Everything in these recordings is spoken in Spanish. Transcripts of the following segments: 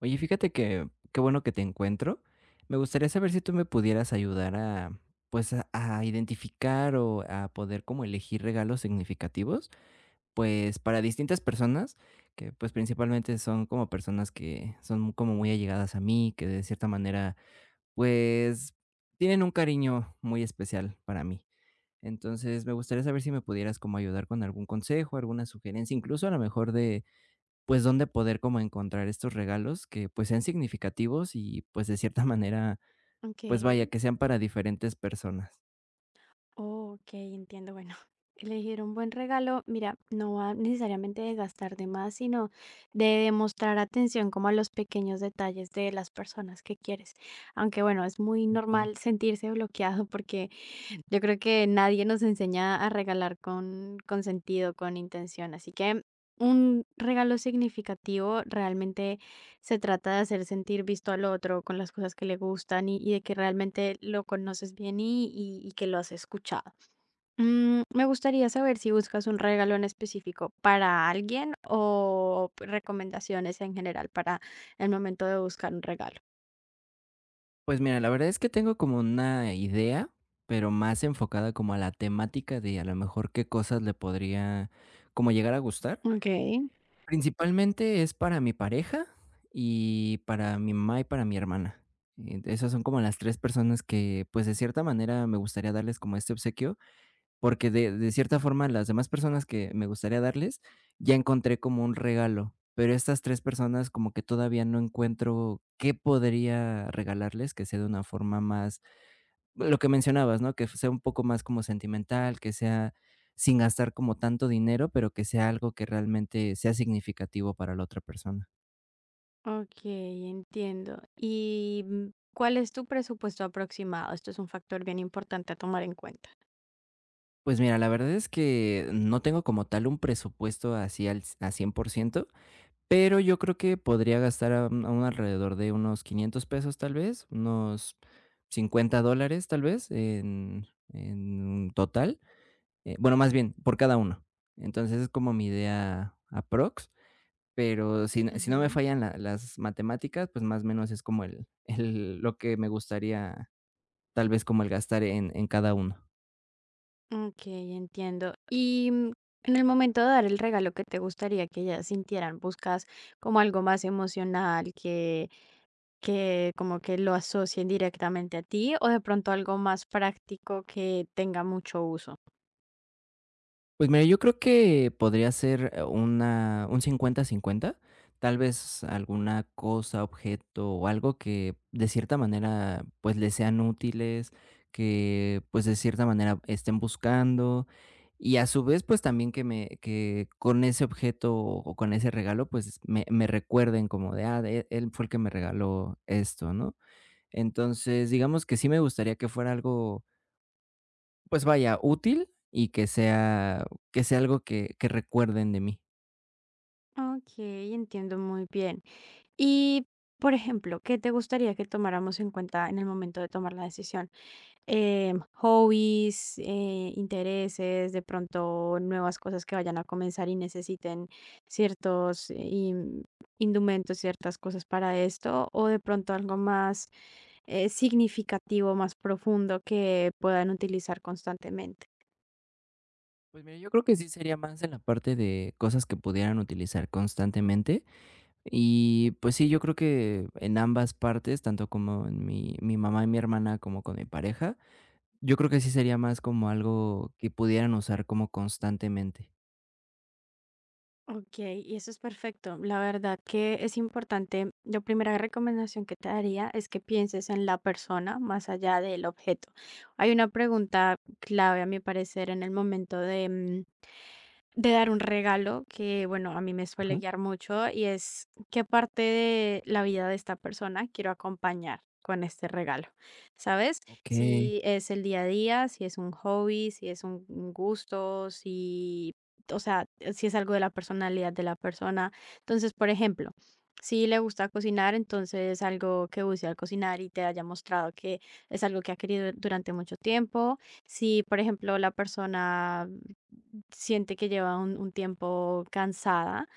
Oye, fíjate que qué bueno que te encuentro. Me gustaría saber si tú me pudieras ayudar a, pues, a identificar o a poder como elegir regalos significativos, pues, para distintas personas, que pues principalmente son como personas que son como muy allegadas a mí, que de cierta manera, pues, tienen un cariño muy especial para mí. Entonces, me gustaría saber si me pudieras como ayudar con algún consejo, alguna sugerencia, incluso a lo mejor de pues, dónde poder como encontrar estos regalos que, pues, sean significativos y, pues, de cierta manera, pues, vaya, Okey. que sean para diferentes personas. Okey, entiendo. Bueno, elegir un buen regalo, mira, no va necesariamente de gastar de más, sino de demostrar atención como a los pequeños detalles de las personas que quieres. Aunque bueno, es muy Okey. normal sentirse bloqueado porque yo creo que nadie nos enseña a regalar con sentido, con intención. Así que un regalo significativo realmente se trata de hacer sentir visto al otro con las cosas que le gustan y de que realmente lo conoces bien y que lo has escuchado. Mm, me gustaría saber si buscas un regalo en específico para alguien o recomendaciones en general para el momento de buscar un regalo. Pues mira, la verdad es que tengo como una idea, pero más enfocada como a la temática de, a lo mejor, qué cosas le podría como llegar a gustar. Ok. Principalmente es para mi pareja y para mi mamá y para mi hermana. Esas son como las 3 personas que, pues, de cierta manera me gustaría darles como este obsequio. Porque de cierta forma, las demás personas que me gustaría darles, ya encontré como un regalo, pero estas 3 personas como que todavía no encuentro qué podría regalarles, que sea de una forma más lo que mencionabas, ¿no? Que sea un poco más como sentimental, que sea sin gastar como tanto dinero, pero que sea algo que realmente sea significativo para la otra persona. Ok, entiendo. ¿Y cuál es tu presupuesto aproximado? Esto es un factor bien importante a tomar en cuenta. Pues mira, la verdad es que no tengo como tal un presupuesto así al a 100%. Pero yo creo que podría gastar a un alrededor de unos 500 pesos, tal vez, unos 50 dólares, tal vez, en total. Bueno, más bien, por cada uno. Entonces, es como mi idea aprox, pero si no me Ujú. fallan la las matemáticas, pues, más o menos es como el lo que me gustaría, tal vez, como el gastar en cada uno. Ok, entiendo. Y en el momento de dar el regalo que te gustaría que ellas sintieran, buscas como algo más emocional, que como que lo asocien directamente a ti, o de pronto algo más práctico que tenga mucho uso. Pues mira, yo creo que podría ser, una un 50-50, tal vez alguna cosa, objeto o algo que de cierta manera, pues, les sean útiles, que, pues, de cierta manera estén buscando y a su vez, pues, también que con ese objeto o con ese regalo, pues, me recuerden como de: "Ah, de él fue el que me regaló esto", ¿no? Entonces, digamos que sí me gustaría que fuera algo pues vaya, útil y que sea algo que recuerden de mí. Ok, entiendo muy bien. Y, por ejemplo, ¿qué te gustaría que tomáramos en cuenta en el momento de tomar la decisión? Hobbies, intereses, de pronto nuevas cosas que vayan a comenzar y necesiten ciertos indumentos, ciertas cosas para esto, o de pronto algo más significativo, más profundo que puedan utilizar constantemente. Pues mira, yo creo que sí sería más en la parte de cosas que pudieran utilizar constantemente y, pues sí, yo creo que en ambas partes, tanto como en mi mamá y mi hermana, como con mi pareja, yo creo que sí sería más como algo que pudieran usar como constantemente. Ok, y eso es perfecto. La verdad que es importante. La primera recomendación que te daría es que pienses en la persona más allá del objeto. Hay una pregunta clave, a mi parecer, en el momento de, de dar un regalo que, bueno, a mí me suele Ajá. guiar mucho y es qué parte de la vida de esta persona quiero acompañar con este regalo, ¿sabes? Okey. Si es el día a día, si es un hobby, si es un gusto, si, o sea, si es algo de la personalidad de la persona. Entonces, por ejemplo, si le gusta cocinar, entonces algo que use al cocinar y te haya mostrado que es algo que ha querido durante mucho tiempo. Si, por ejemplo, la persona siente que lleva un tiempo cansada,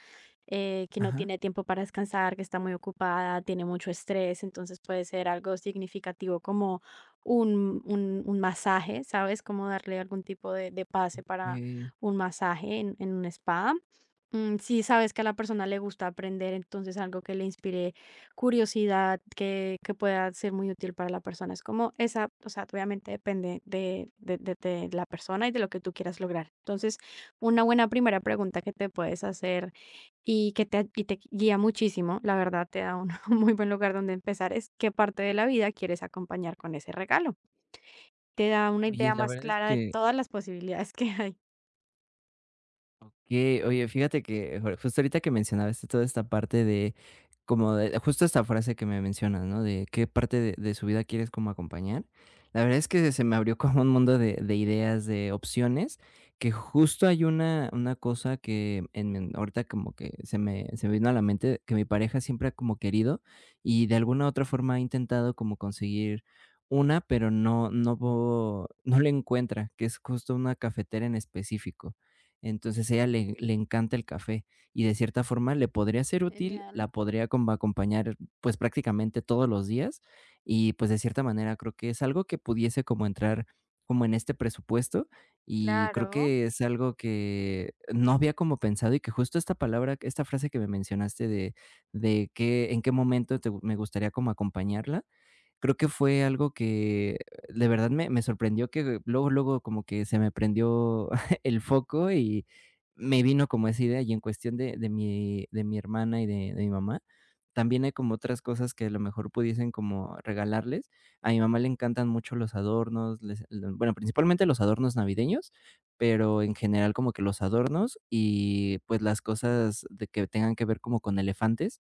que no Ajá, tiene tiempo para descansar, que está muy ocupada, tiene mucho estrés, entonces puede ser algo significativo como un masaje, ¿sabes? Como darle algún tipo de pase para okey. un masaje en un spa. Si sabes que a la persona le gusta aprender, entonces algo que le inspire curiosidad, que pueda ser muy útil para la persona. Es como esa, o sea, obviamente depende de la persona y de lo que tú quieras lograr. Entonces, una buena primera pregunta que te puedes hacer y te guía muchísimo, la verdad te da un, un muy buen lugar donde empezar, es qué parte de la vida quieres acompañar con ese regalo. Te da una Oye, idea la más verdad es clara de que. todas las posibilidades que hay. Okey. Oye, fíjate que jor justo ahorita que mencionabas toda esta parte de como de justo esta frase que me mencionas, ¿no? De qué parte de su vida quieres como acompañar. La verdad es que se me abrió como un mundo de ideas, de opciones, que justo hay una cosa que en ahorita como que se me vino a la mente, que mi pareja siempre ha como querido y de alguna u otra forma ha intentado como conseguir una, pero no lo encuentra, que es justo una cafetera en específico. Entonces ella le, le encanta el café y de cierta forma le podría ser útil, Genial, la podría acompañar pues prácticamente todos los días y pues de cierta manera creo que es algo que pudiese como entrar como en este presupuesto y creo claro. que es algo que no había como pensado y que justo esta palabra, esta frase que me mencionaste de qué, en qué momento me gustaría como acompañarla. Creo que fue algo que de verdad me sorprendió que luego, luego como que se me prendió el foco y me vino como esa idea, y en cuestión de mi hermana y de mi mamá, también hay como otras cosas que a lo mejor pudiesen como regalarles. A mi mamá le encantan mucho los adornos, bueno, principalmente los adornos navideños, pero en general como que los adornos y, pues, las cosas de que tengan que ver como con elefantes.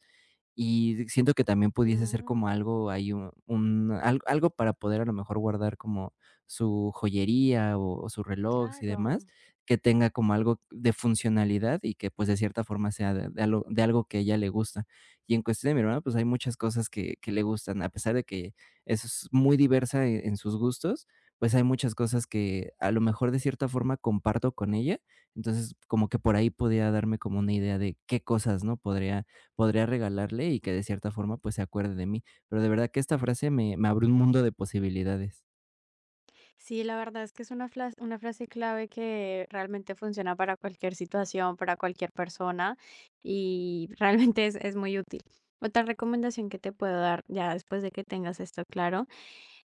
Y siento que también pudiese ser como Mm, algo, hay un al algo para poder, a lo mejor, guardar como su joyería o sus relojes y demás, claro. que tenga como algo de funcionalidad y que, pues, de cierta forma sea de algo que a ella le gusta. Y en cuestión de mi hermana, pues, hay muchas cosas que le gustan, a pesar de que es muy diversa en sus gustos, pues, hay muchas cosas que, a lo mejor, de cierta forma comparto con ella. Entonces, como que por ahí podría darme como una idea de qué cosas, ¿no?, podría regalarle y que de cierta forma, pues, se acuerde de mí. Pero de verdad que esta frase me abrió un mundo de posibilidades. Sí, la verdad es que es una frase clave que realmente funciona para cualquier situación, para cualquier persona y realmente es muy útil. Otra recomendación que te puedo dar ya después de que tengas esto claro.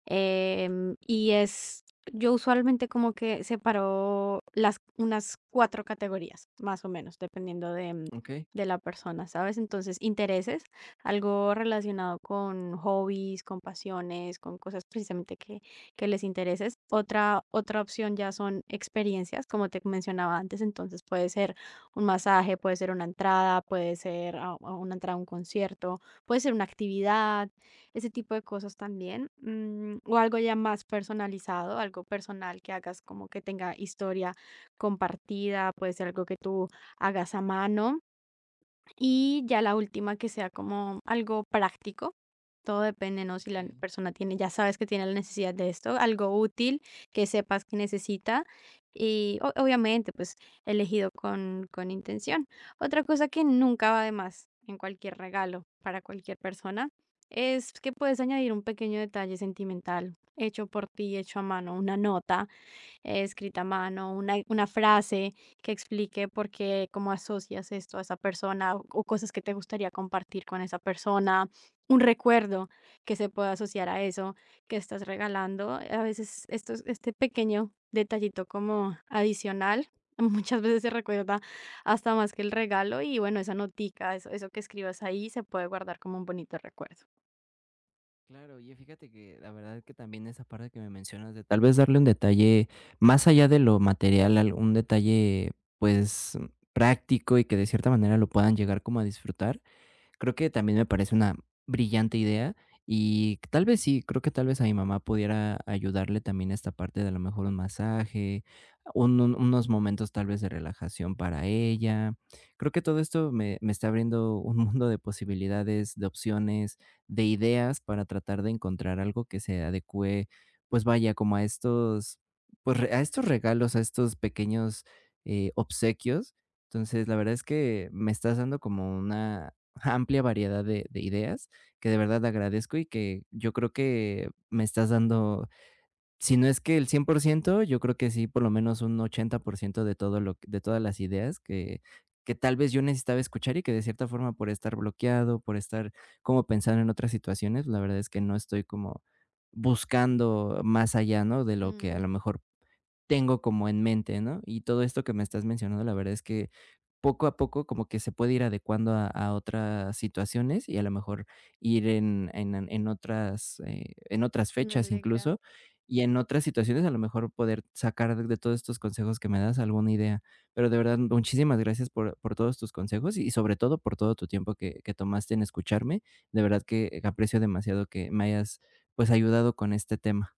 Y es, yo usualmente como que separo las, unas cuatro categorías, más o menos, dependiendo de, Okey. de la persona, ¿sabes? Entonces, intereses, algo relacionado con hobbies, con pasiones, con cosas precisamente que les intereses. Otra, otra opción ya son experiencias, como te mencionaba antes, entonces puede ser un masaje, puede ser una entrada, puede ser una entrada a un concierto, puede ser una actividad, ese tipo de cosas también, o algo ya más personalizado, algo personal que hagas como que tenga historia compartida, puede ser algo que tú hagas a mano. Y ya la última que sea como algo práctico. Todo depende, ¿no? Si la Okey, persona tiene, ya sabes que tiene la necesidad de esto, algo útil que sepas que necesita. Y obviamente, pues elegido con intención. Otra cosa que nunca va de más en cualquier regalo para cualquier persona es que puedes añadir un pequeño detalle sentimental hecho por ti, hecho a mano, una nota escrita a mano, una frase que explique por qué, cómo asocias esto a esa persona o cosas que te gustaría compartir con esa persona, un recuerdo que se pueda asociar a eso que estás regalando. A veces esto, este pequeño detallito como adicional. Muchas veces se recuerda hasta más que el regalo y bueno, esa notica, eso que escribas ahí se puede guardar como un bonito recuerdo. claro. Y fíjate que la verdad que también esa parte que me mencionas de tal vez darle un detalle más allá de lo material, algún detalle, pues, práctico y que de cierta manera lo puedan llegar como a disfrutar. Creo que también me parece una brillante idea y tal vez sí, creo que tal vez a mi mamá pudiera ayudarle también esta parte de a lo mejor un masaje, unos momentos tal vez de relajación para ella. Creo que todo esto me, me está abriendo un mundo de posibilidades, de opciones, de ideas para tratar de encontrar algo que se adecue, pues vaya, como a estos, pues a estos regalos, a estos pequeños obsequios. Entonces, la verdad es que me estás dando como una amplia variedad de ideas, que de verdad agradezco y que yo creo que me estás dando, si no es que el 100% yo creo que sí, por lo menos un 80% de todo lo que- de todas las ideas que tal vez yo necesitaba escuchar y que de cierta forma por estar bloqueado, por estar como pensando en otras situaciones, la verdad es que no estoy como buscando más allá, ¿no?, de lo que a Mm, lo mejor tengo como en mente, ¿no? Y todo esto que me estás mencionando, la verdad es que poco a poco como que se puede ir adecuando a otras situaciones y a lo mejor ir en en otras, en otras me fechas alegra. incluso, y en otras situaciones a lo mejor poder sacar de todos estos consejos que me das alguna idea. Pero de verdad, muchísimas gracias por todos tus consejos y sobre todo por todo tu tiempo que tomaste en escucharme. De verdad que aprecio demasiado que me hayas, pues, ayudado con este tema.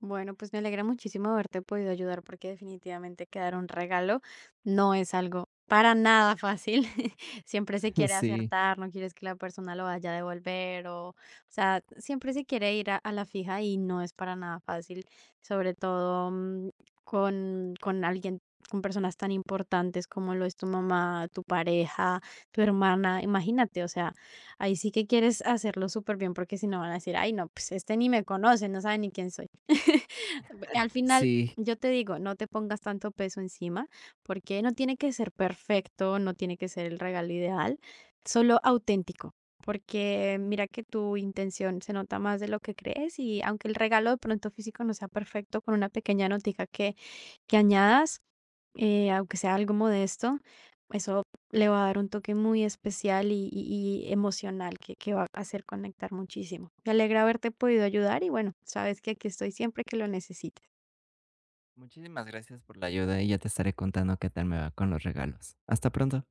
Bueno, pues me alegra muchísimo haberte podido ayudar porque definitivamente quedar un regalo no es algo para nada fácil. Siempre se quiere Sí, acertar, no quieres que la persona lo vaya a devolver o sea, siempre se quiere ir a la fija y no es para nada fácil, sobre todo con alguien, con personas tan importantes como lo es tu mamá, tu pareja, tu hermana. Imagínate, o sea, ahí sí que quieres hacerlo súper bien porque si no van a decir, ay, no, pues este ni me conoce, no sabe ni quién soy. Ve al final, sí. yo te digo, no te pongas tanto peso encima, porque no tiene que ser perfecto, no tiene que ser el regalo ideal, solo auténtico, porque mira que tu intención se nota más de lo que crees y aunque el regalo de pronto físico no sea perfecto, con una pequeña notica que añadas, aunque sea algo modesto, eso le va a dar un toque muy especial y emocional que va a hacer conectar muchísimo. Me alegra haberte podido ayudar y bueno, sabes que aquí estoy siempre que lo necesites. Muchísimas gracias por la ayuda y ya te estaré contando qué tal me va con los regalos. Hasta pronto.